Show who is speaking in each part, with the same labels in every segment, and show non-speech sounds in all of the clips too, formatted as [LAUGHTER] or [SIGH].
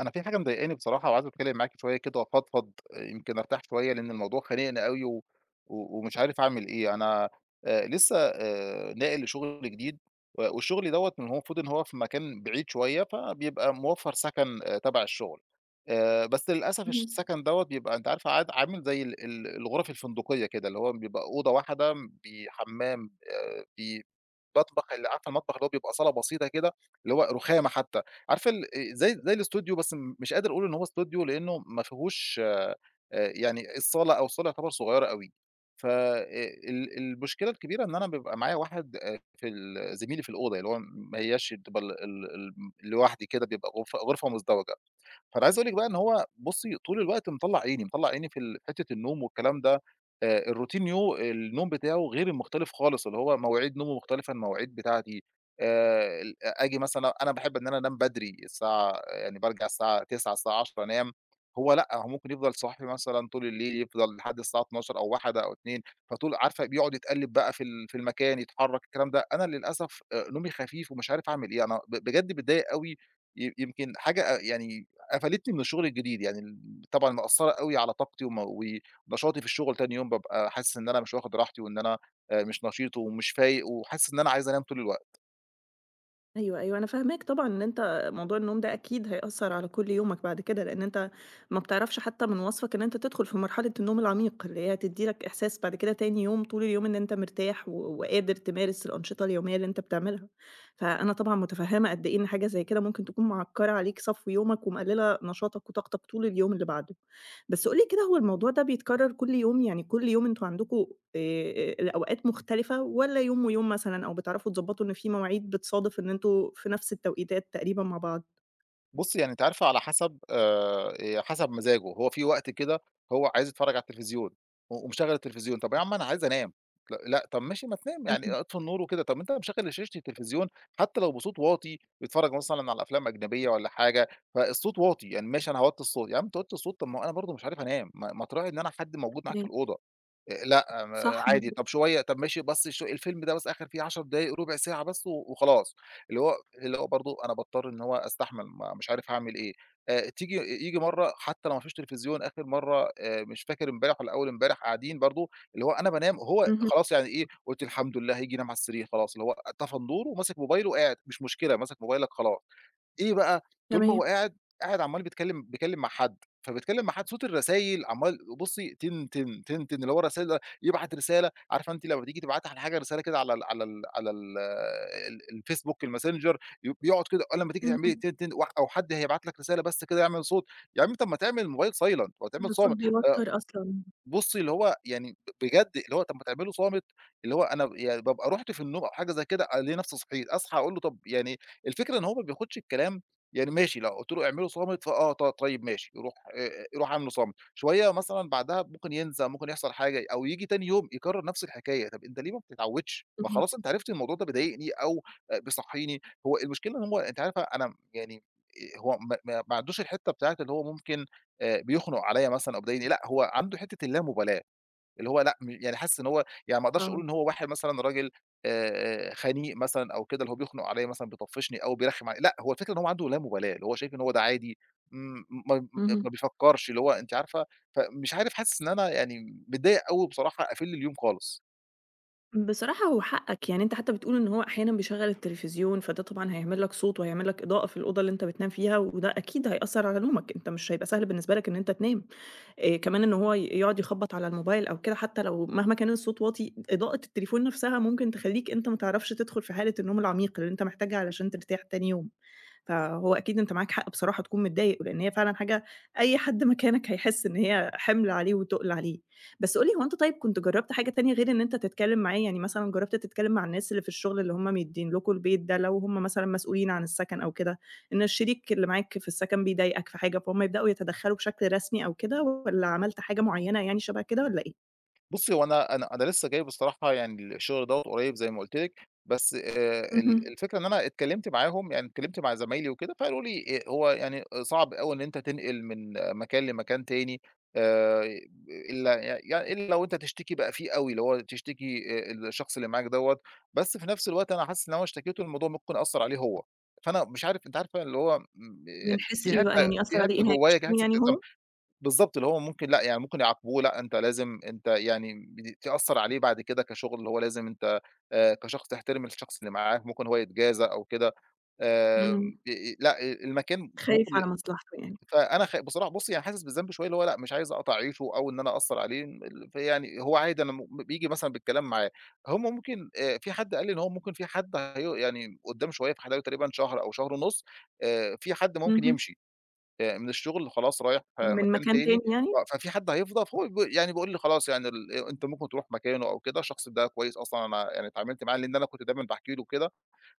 Speaker 1: أنا في حاجة مضايقاني بصراحة وعايز أتكلم معاكِ شوية كده وأفضفض، يمكن أرتاح شوية لأن الموضوع خانقني أوي و و ومش عارف أعمل إيه. أنا لسه ناقل لشغل جديد والشغل دوّة من هو المفروض إن هو في مكان بعيد شوية، فبيبقى موفّر سكن تبع الشغل. بس للأسف
Speaker 2: اهم.
Speaker 1: السكن دوّة بيبقى أنتِ عارفة عاد عامل زي ال ال الغرف الفندقية كده، اللي هو بيبقى أوضة واحدة بحمام، ب المطبخ اللي عارفة المطبخ اللي هو بيبقى صالة بسيطة كده، اللي هو رُخامة حتى، عارفة ال زي الإستوديو بس مش قادر أقول إن هو إستوديو لإنه ما فيهوش يعني الصالة يعتبر صغيرة أوي، ف ال المشكلة الكبيرة إن أنا بيبقى معايا واحد في ال زميلي في الأوضة، اللي هو ما هياش بتبقى ال ال ال لوحدي كده بيبقى غرفة مزدوجة. فأنا عايز أقول لِك بقى إن هو بُصّي، طول الوقت مطلّع عيني، مطلّع عيني في حتّة النوم والكلام ده، الroutine النوم بتاعه غير المختلف خالص، اللي هو مواعيد نومه مختلفة عن المواعيد بتاعتي، ال آجي مثلًا أنا باحب إن أنا أنام بدري، الساعة يعني بارجع الساعة 21:00 الساعة 22:00 أنام، هو لأ، هو ممكن يفضل صاحي مثلًا طول الليل، يفضل لحد الساعة 00:00 أو 01:00 أو 02:00، فطول عارفة بيقعد يتقلّب بقى في المكان، يتحرّك الكلام ده، أنا للأسف نومي خفيف ومش عارف أعمل إيه، أنا بجد باتضايق أوي، يمكن حاجة يعني قفلتني من الشغل الجديد، يعني طبعًا مأثّرة أوي على طاقتي ونشاطي في الشغل تاني يوم، بابقى حاسس إن أنا مش واخد راحتي وإن أنا مش نشيط ومش فايق وحاسس إن أنا عايز أنام طول الوقت.
Speaker 2: أيوه، أيوه، أنا فاهماك طبعًا إن أنت موضوع النوم ده أكيد هيأثّر على كل يومك بعد كده، لإن أنت ما بتعرفش حتى من وصفك إن أنت تدخل في مرحلة النوم العميق، اللي هي هتدّي لك إحساس بعد كده تاني يوم طول اليوم إن أنت مرتاح و وقادر تمارس الأنشطة اليومية اللي أنت بتعملها. فأنا طبعًا متفهّمة قد إيه إن حاجة زي كده ممكن تكون معكّرة عليك صفو يومك ومقلّلة نشاطك وطاقتك طول اليوم اللي بعده. بس قُل لي كده هو الموضوع ده بيتكرر كل يوم، يعني كل يوم أنتم عندكم الأوقات مختلفة والّا يوم ويوم مثلًا أو بتعرفوا تضبطوا إن في مواعيد بتصادف إن أنتم في نفس التوقيتات تقريبًا مع بعض؟
Speaker 1: بُصّي، يعني أنتِ عارفة على حسب مزاجه، هو في وقت كده هو عايز يتفرّج على التلفزيون ومشغّل التلفزيون، طَب يا عم أنا عايز أنام، لأ لأ طَب ماشي ما تنام يعني
Speaker 2: اهم،
Speaker 1: أطفي النور وكده، طَب أنت مشغّل شاشة التلفزيون حتى لو بصوت واطي، بيتفرّج مثلًا على أفلام أجنبية والّا حاجة، فالصوت واطي، يعني ماشي أنا هاوطّي الصوت، يا عم توطّي الصوت طَب ما هو أنا برضه مش عارف أنام، ما تراعي إن أنا حد موجود معاك في
Speaker 2: تمام،
Speaker 1: الأوضة، لأ،
Speaker 2: صح
Speaker 1: عادي
Speaker 2: مضبوط،
Speaker 1: طَب شوية طَب ماشي بس الفيلم ده بس آخِر فيه 10 دقايق رُبع ساعة بس وخلاص، اللي هو اللي هو برضه أنا باضطر إن هو أستحمل ما مش عارف هاعمل إيه. تيجي ييجي مرّة حتى لو ما فيش تلفزيون. آخر مرّة مش فاكر امبارح والّا أول امبارح قاعدين برضه اللي هو أنا بانام هو
Speaker 2: اهم،
Speaker 1: خلاص يعني إيه، قُلت الحمد لله هييجي ينام على السرير خلاص اللي هو طفى النور وماسك موبايله وقاعد، مش مشكلة ماسك موبايلك خلاص. إيه بقى، طول ما هو
Speaker 2: تمام،
Speaker 1: قاعد، قاعد عمّال بيتكلّم مع حد، فبيتكلّم مع حد صوت الرسايل عمّال بُصّي تن، تن، تن، تن اللي هو الرسايل ده يبعت رسالة عارفة أنتِ لمّا تيجي تبعتي على حاجة رسالة كده على ال على ال على ال ال الفيسبوك الماسنجر بيقعد كده لمّا تيجي تعملي
Speaker 2: اهم،
Speaker 1: تن، تن أو حد هيبعت لك رسالة بس كده يعمل صوت، يا عم طَب ما تعمل الموبايل silent ما تعمل
Speaker 2: أيوه، الصوت
Speaker 1: صامت
Speaker 2: بيوتّر أصلًا،
Speaker 1: بُصّي، اللي هو يعني بجد اللي هو طَب ما تعمله صامت، اللي هو أنا يعني بابقى رُحت في النوم أو حاجة زي كده ألاقي نفسي صحيت، أصحى أقول له طَب يعني الفكرة إن هو ما بياخدش الكلام يعني ماشي، لو قُلت له اعمله صامت فآه، طيب ماشي، روح روح اعمله صامت، شوية مثلًا بعدها ممكن ينسى، ممكن يحصل حاجة أو ييجي تاني يوم يكرر نفس الحكاية، طَب أنت ليه ما بتتعودش؟ ما
Speaker 2: اهم،
Speaker 1: خلاص أنت عرفت الموضوع ده بيضايقني أو بيصحيني، هو المشكلة إن هو أنتِ عارفة أنا يعني هو ما عندوش الحتّة بتاعة اللي هو ممكن بيخنق عليّا مثلًا أو بيضايقني، لأ هو عنده حتّة اللامبالاة، اللي هو لأ، يعني حاسس إن هو يعني ما أقدرش أقول
Speaker 2: آه،
Speaker 1: إن هو واحد مثلًا راجل خنيق مثلًا أو كده، اللي هو بيخنق عليّا مثلًا بيطفّشني أو بيرخّم عليّا، لأ هو الفكرة إن هو عنده لامبالاة، اللي هو شايف إن هو ده عادي. م ما
Speaker 2: اهم.
Speaker 1: ما بيفكّرش، اللي هو أنتِ عارفة، فمش عارف حاسس إن أنا يعني متضايق أوي بصراحة أفِل اليوم خالص.
Speaker 2: بصراحة هو حقك، يعني أنت حتى بتقول إن هو أحيانًا بيشغّل التلفزيون، فده طبعًا هيعمل لك صوت وهيعمل لك إضاءة في الأوضة اللي أنت بتنام فيها، وده أكيد هيأثّر على نومك، أنت مش هيبقى سهل بالنسبة لك إن أنت تنام. كمان إن هو يقعد يخبّط على الموبايل أو كده حتى لو مهما كان الصوت واطي، إضاءة التليفون نفسها ممكن تخلّيك أنت ما تعرفش تدخل في حالة النوم العميق اللي أنت محتاجها علشان ترتاح تاني يوم. فهو أكيد أنت معاك حق بصراحة تكون متضايق، لإن هي فعلًا حاجة أي حد مكانك هيحس إن هي حِمل عليه وتُقل عليه. بس قُل لي هو أنت طيب كنت جرّبت حاجة تانية غير إن أنت تتكلّم معاه؟ يعني مثلًا جرّبت تتكلّم مع الناس اللي في الشغل اللي هم مدّيين لكم البيت ده، لو هم مثلًا مسؤولين عن السَكَن أو كده، إن الشريك اللي معاك في السَكَن بيضايقك في حاجة، فهُم يبدؤوا يتدخّلوا بشكل رسمي أو كده والّا عملت حاجة معيّنة يعني شَبه كده والّا إيه؟
Speaker 1: بُصّي، هو أنا لسه جاي بصراحة يعني الشغل دوّة قريب زي ما قُلت لِك، بس ال
Speaker 2: اهم.
Speaker 1: الفكرة إن أنا اتكلّمت معاهم، يعني اتكلّمت مع زمايلي وكده، فقالوا لي هو يعني صعب أوي إن أنت تنقل من مكان لمكان تاني آآ إلا ي يعني إلا لو أنت تشتكي بقى فيه أوي، اللي هو تشتكي الشخص اللي معاك دوّة، بس في نفس الوقت أنا حاسس إن لو أنا اشتكيته الموضوع ممكن يأثّر عليه هو، فأنا مش عارف أنتِ عارفة اللي هو
Speaker 2: من حيث
Speaker 1: في
Speaker 2: إيه بقى،
Speaker 1: حتّة
Speaker 2: يعني أثّر
Speaker 1: في
Speaker 2: عليه
Speaker 1: حتّة
Speaker 2: إيه،
Speaker 1: جوايا كده
Speaker 2: هيمشّوه
Speaker 1: حاسس
Speaker 2: يعني هو؟
Speaker 1: [UNINTELLIGIBLE] بالضبط، اللي هو ممكن لأ، يعني ممكن يعاقبوه، لأ أنت لازم أنت يعني تأثّر عليه بعد كده كشغل، اللي هو لازم أنت كشخص تحترم الشخص اللي معاك، ممكن هو يتجازى أو كده.
Speaker 2: إمم.
Speaker 1: آمم لأ، المكان
Speaker 2: خايف
Speaker 1: ممكن
Speaker 2: على مصلحته يعني.
Speaker 1: فأنا بصراحة بُصّي، أنا حاسس بالذنب شوية، اللي هو لأ، مش عايز أقطع عيشه أو إن أنا أأثّر عليه، فيعني هو عادي أنا بييجي مثلًا بالكلام معاه. ممكن في حد قال لي إن هو ممكن في حد يعني قُدّام شوية في حدايقه تقريبًا شهر أو شهر ونُص، في حد ممكن
Speaker 2: اهم.
Speaker 1: يمشي. من الشغل خلاص رايح
Speaker 2: من
Speaker 1: مكان
Speaker 2: مكان
Speaker 1: تاني،
Speaker 2: تاني يعني؟
Speaker 1: آه، ففي حد هيفضى فهو يعني بيقول لي خلاص يعني أنت ممكن تروح مكانه أو كده، الشخص ده كويس أصلًا أنا يعني اتعاملت معاه لإن أنا كنت دايمًا باحكي له كده.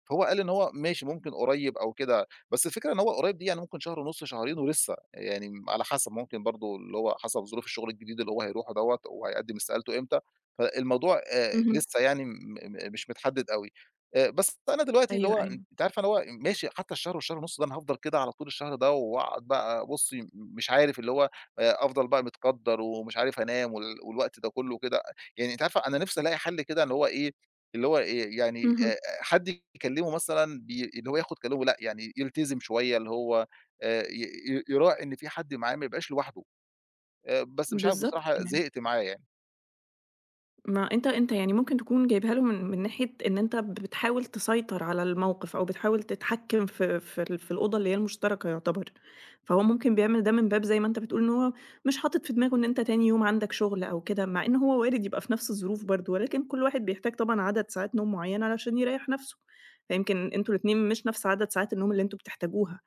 Speaker 1: فهو قال إن هو ماشي ممكن قريب أو كده، بس الفكرة إن هو قريب دي يعني ممكن شهر ونُص، شهرين ولسه، يعني على حسب ممكن برضه اللي هو حسب ظروف الشغل الجديد اللي هو هيروحه دوّة وهيقدّم استقالته إمتى، فالموضوع
Speaker 2: اهم.
Speaker 1: لسه يعني م م مش متحدد أوي. بس أنا دلوقتي اللي
Speaker 2: أيوه،
Speaker 1: هو
Speaker 2: أيوه.
Speaker 1: أنتِ عارفة اللي هو ماشي حتى الشهر والشهر ونُص ده أنا هافضل كده على طول الشهر ده وأقعد بقى بُصّي مش عارف اللي هو أفضل بقى متقدّر ومش عارف هانام والوقت ده كُلّه كده، يعني أنتِ عارفة أنا نِفْسي ألاقي حَل كده اللي هو إيه، اللي هو يعني
Speaker 2: اهم.
Speaker 1: حد يكلمه مثلًا اللي هو ياخد كلامه لأ، يعني يلتزم شوية اللي هو ي ي يراعي إن في حد معاه ما يبقاش لوحده، بس مش عارف
Speaker 2: بالضبط
Speaker 1: بصراحة
Speaker 2: يعني.
Speaker 1: زهقت معاه يعني،
Speaker 2: ما أنت أنت يعني ممكن تكون جايبها له من ناحية إن أنت بتحاول تسيطر على الموقف، أو بتحاول تتحكم في الأوضة اللي هي المشتركة يعتبر. فهو ممكن بيعمل ده من باب زي ما أنت بتقول إن هو مش حاطط في دماغه إن أنت تاني يوم عندك شغل أو كده، مع إن هو وارد يبقى في نفس الظروف برضه، ولكن كل واحد بيحتاج طبعًا عدد ساعات نوم معيّنة علشان يريّح نفسه. فيمكن أنتم الاتنين مش نفس عدد ساعات النوم اللي أنتم بتحتاجوها.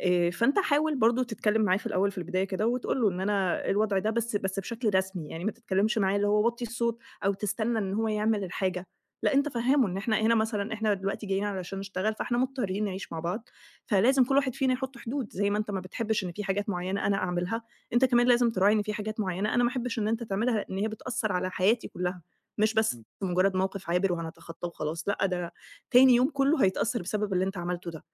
Speaker 2: فأنت حاول برضه تتكلم معاه في الأول في البداية كده وتقول له إن أنا الوضع ده بس بشكل رسمي، يعني ما تتكلمش معاه اللي هو وطّي الصوت أو تستنى إن هو يعمل الحاجة، لأ أنت فهّمه إن إحنا هنا مثلًا إحنا دلوقتي جايين علشان نشتغل، فإحنا مضطرين نعيش مع بعض، فلازم كل واحد فينا يحط حدود، زي ما أنت ما بتحبش إن في حاجات معيّنة أنا أعملها، أنت كمان لازم تراعي إن في حاجات معيّنة أنا ما احبش إن أنت تعملها، لإن هي بتأثّر على حياتي كلّها، مش بس مجرد موقف عابر وهنتخطاه وخلاص، لأ ده تاني يوم كلّه هيتأثّر بسبب اللي أنت عملته ده.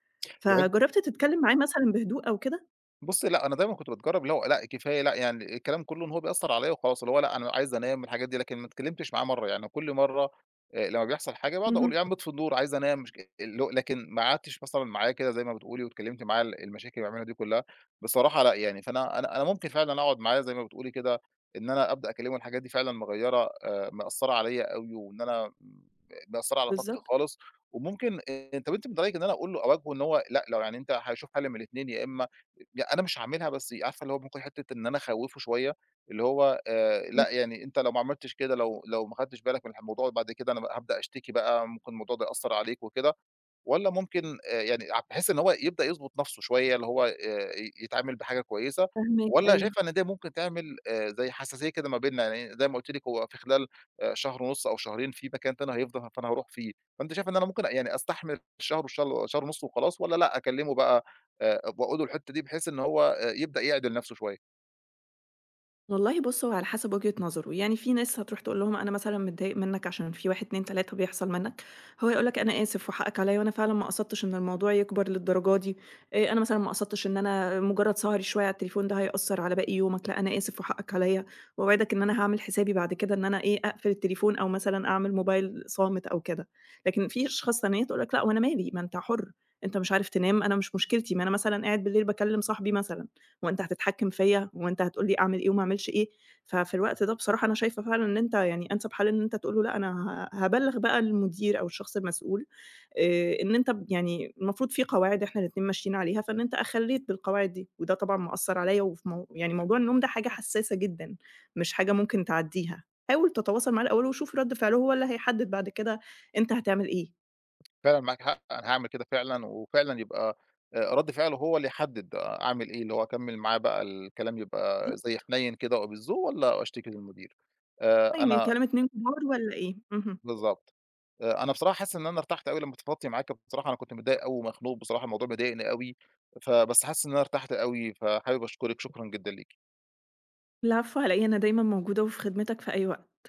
Speaker 1: إمم.
Speaker 2: فجرّبت تتكلّم معاه مثلًا بهدوء أو كده؟
Speaker 1: بُصّي، لأ، أنا دايمًا كنت باتجرّب اللي هو لأ، كفاية لأ، يعني الكلام كلّه إن هو بيأثّر عليَّ وخلاص، اللي هو لأ، أنا عايز أنام الحاجات دي، لكن ما اتكلّمتش معاه مرّة، يعني كل مرّة لمّا بيحصل حاجة باقعد أقول
Speaker 2: اهم.
Speaker 1: يا عم اطفي النور، عايز أنام، مش اللي هو لكن ما قعدتش مثلًا معاه كده زي ما بتقولي واتكلّمت معاه المشاكل اللي بيعملها دي كلّها، بصراحة لأ، يعني فأنا أنا أنا ممكن فعلًا أقعد معاه زي ما بتقولي كده، إن أنا أبدأ أكلّمه الحاجات دي فعلًا مغيّرة مأثّرة عليَّ أوي وإن أنا مأثّرة على طاقتي
Speaker 2: بالضبط،
Speaker 1: خالص، وممكن طَب أنتِ من رأيِك إن أنا أقول له أواجهه إن هو لأ، لو يعني أنت هشوف حل من الاتنين يا إمّا أنا مش هاعملها بس عارفة اللي هو ممكن حتّة إن أنا أخوّفه شوية، اللي هو
Speaker 2: إمم.
Speaker 1: لأ يعني أنت لو ما عملتش كده لو ما خدتش بالك من الموضوع بعد كده أنا بقى هابدأ أشتكي بقى ممكن الموضوع ده يأثّر عليك وكده، والّا ممكن يعني بحيث إن هو يبدأ يضبط نَفْسه شوية، اللي هو ي يتعامل بحاجة كويسة،
Speaker 2: فاهماك،
Speaker 1: والّا
Speaker 2: أيوه.
Speaker 1: شايفة إن ده ممكن تعمل زي حساسية كده ما بيننا، يعني زي ما قُلتِ لِك هو في خلال شهر ونُص أو شهرين في مكان تاني هيفضى فأنا هاروح فيه، فأنتِ شايفة إن أنا ممكن يعني أستحمل شهر وشهر شهر ونُص وخلاص والّا لأ أكلّمه بقى وأقول له الحتّة دي بحيث إن هو يبدأ يعدِل نَفْسه شوية؟
Speaker 2: والله بُص، هو على حسب وجهة نظره، يعني في ناس هتروح تقول لهم أنا مثلًا متضايق منك عشان في 1، 2، 3 بيحصل منك، هو يقول لك أنا آسف وحقك عليَّ وأنا فعلًا ما قصدتش إن الموضوع يكبر للدرجة دي، أنا مثلًا ما قصدتش إن أنا مجرد سهري شوية على التليفون ده هيأثر على باقي يومك، لأ أنا آسف وحقك عليَّ، وأوعدك إن أنا هاعمل حسابي بعد كده إن أنا إيه، أقفل التليفون أو مثلًا أعمل موبايل صامت أو كده، لكن في أشخاص تانية تقول لك لأ، هو أنا مالي، ما أنت حُر، أنت مش عارف تنام، أنا مش مشكلتي، ما أنا مثلًا قاعد بالليل باكلم صاحبي مثلًا. هو أنت هتتحكم فيّا، هو أنت هتقول لي أعمل إيه وما أعملش إيه؟ ففي الوقت ده بصراحة أنا شايفة فعلًا إن أنت يعني أنسب حل إن أنت تقول له لأ أنا هابلّغ بقى المدير أو الشخص المسؤول، إن أنت يعني المفروض في قواعد إحنا الاتنين ماشيين عليها، فإن أنت أخلّيت بالقواعد دي، وده طبعًا مأثّر عليّا وفي يعني موضوع النوم ده حاجة حسّاسة جدًا، مش حاجة ممكن تعدّيها. حاول تتواصل معاه الأول وشوف رَد فعله، هو اللي هيحدد بعد كده أنت هتعمل إيه.
Speaker 1: فعلًا معاكِ حق، أنا هاعمل كده فعلًا، وفعلًا يبقى رَد فعله هو اللي يحدد أعمل إيه، اللي هو أكمّل معاه بقى الكلام يبقى زي حنيّن كده وبالذوق والّا أشتكي للمدير.
Speaker 2: يعني
Speaker 1: أنا
Speaker 2: الكلام 2 كبار والّا إيه؟ اهم.
Speaker 1: بالضبط. أنا بصراحة حاسس إن أنا ارتحت أوي لمّا فضفضت معاكِ، بصراحة أنا كنت متضايق أوي ومخنوق بصراحة، الموضوع مضايقني أوي، فبس حاسس إن أنا ارتحت أوي، فحابب أشكرِك، شكرًا جدًا ليكِ.
Speaker 2: العفو على إيه، أنا دايمًا موجودة وفي خدمتك في أي وقت.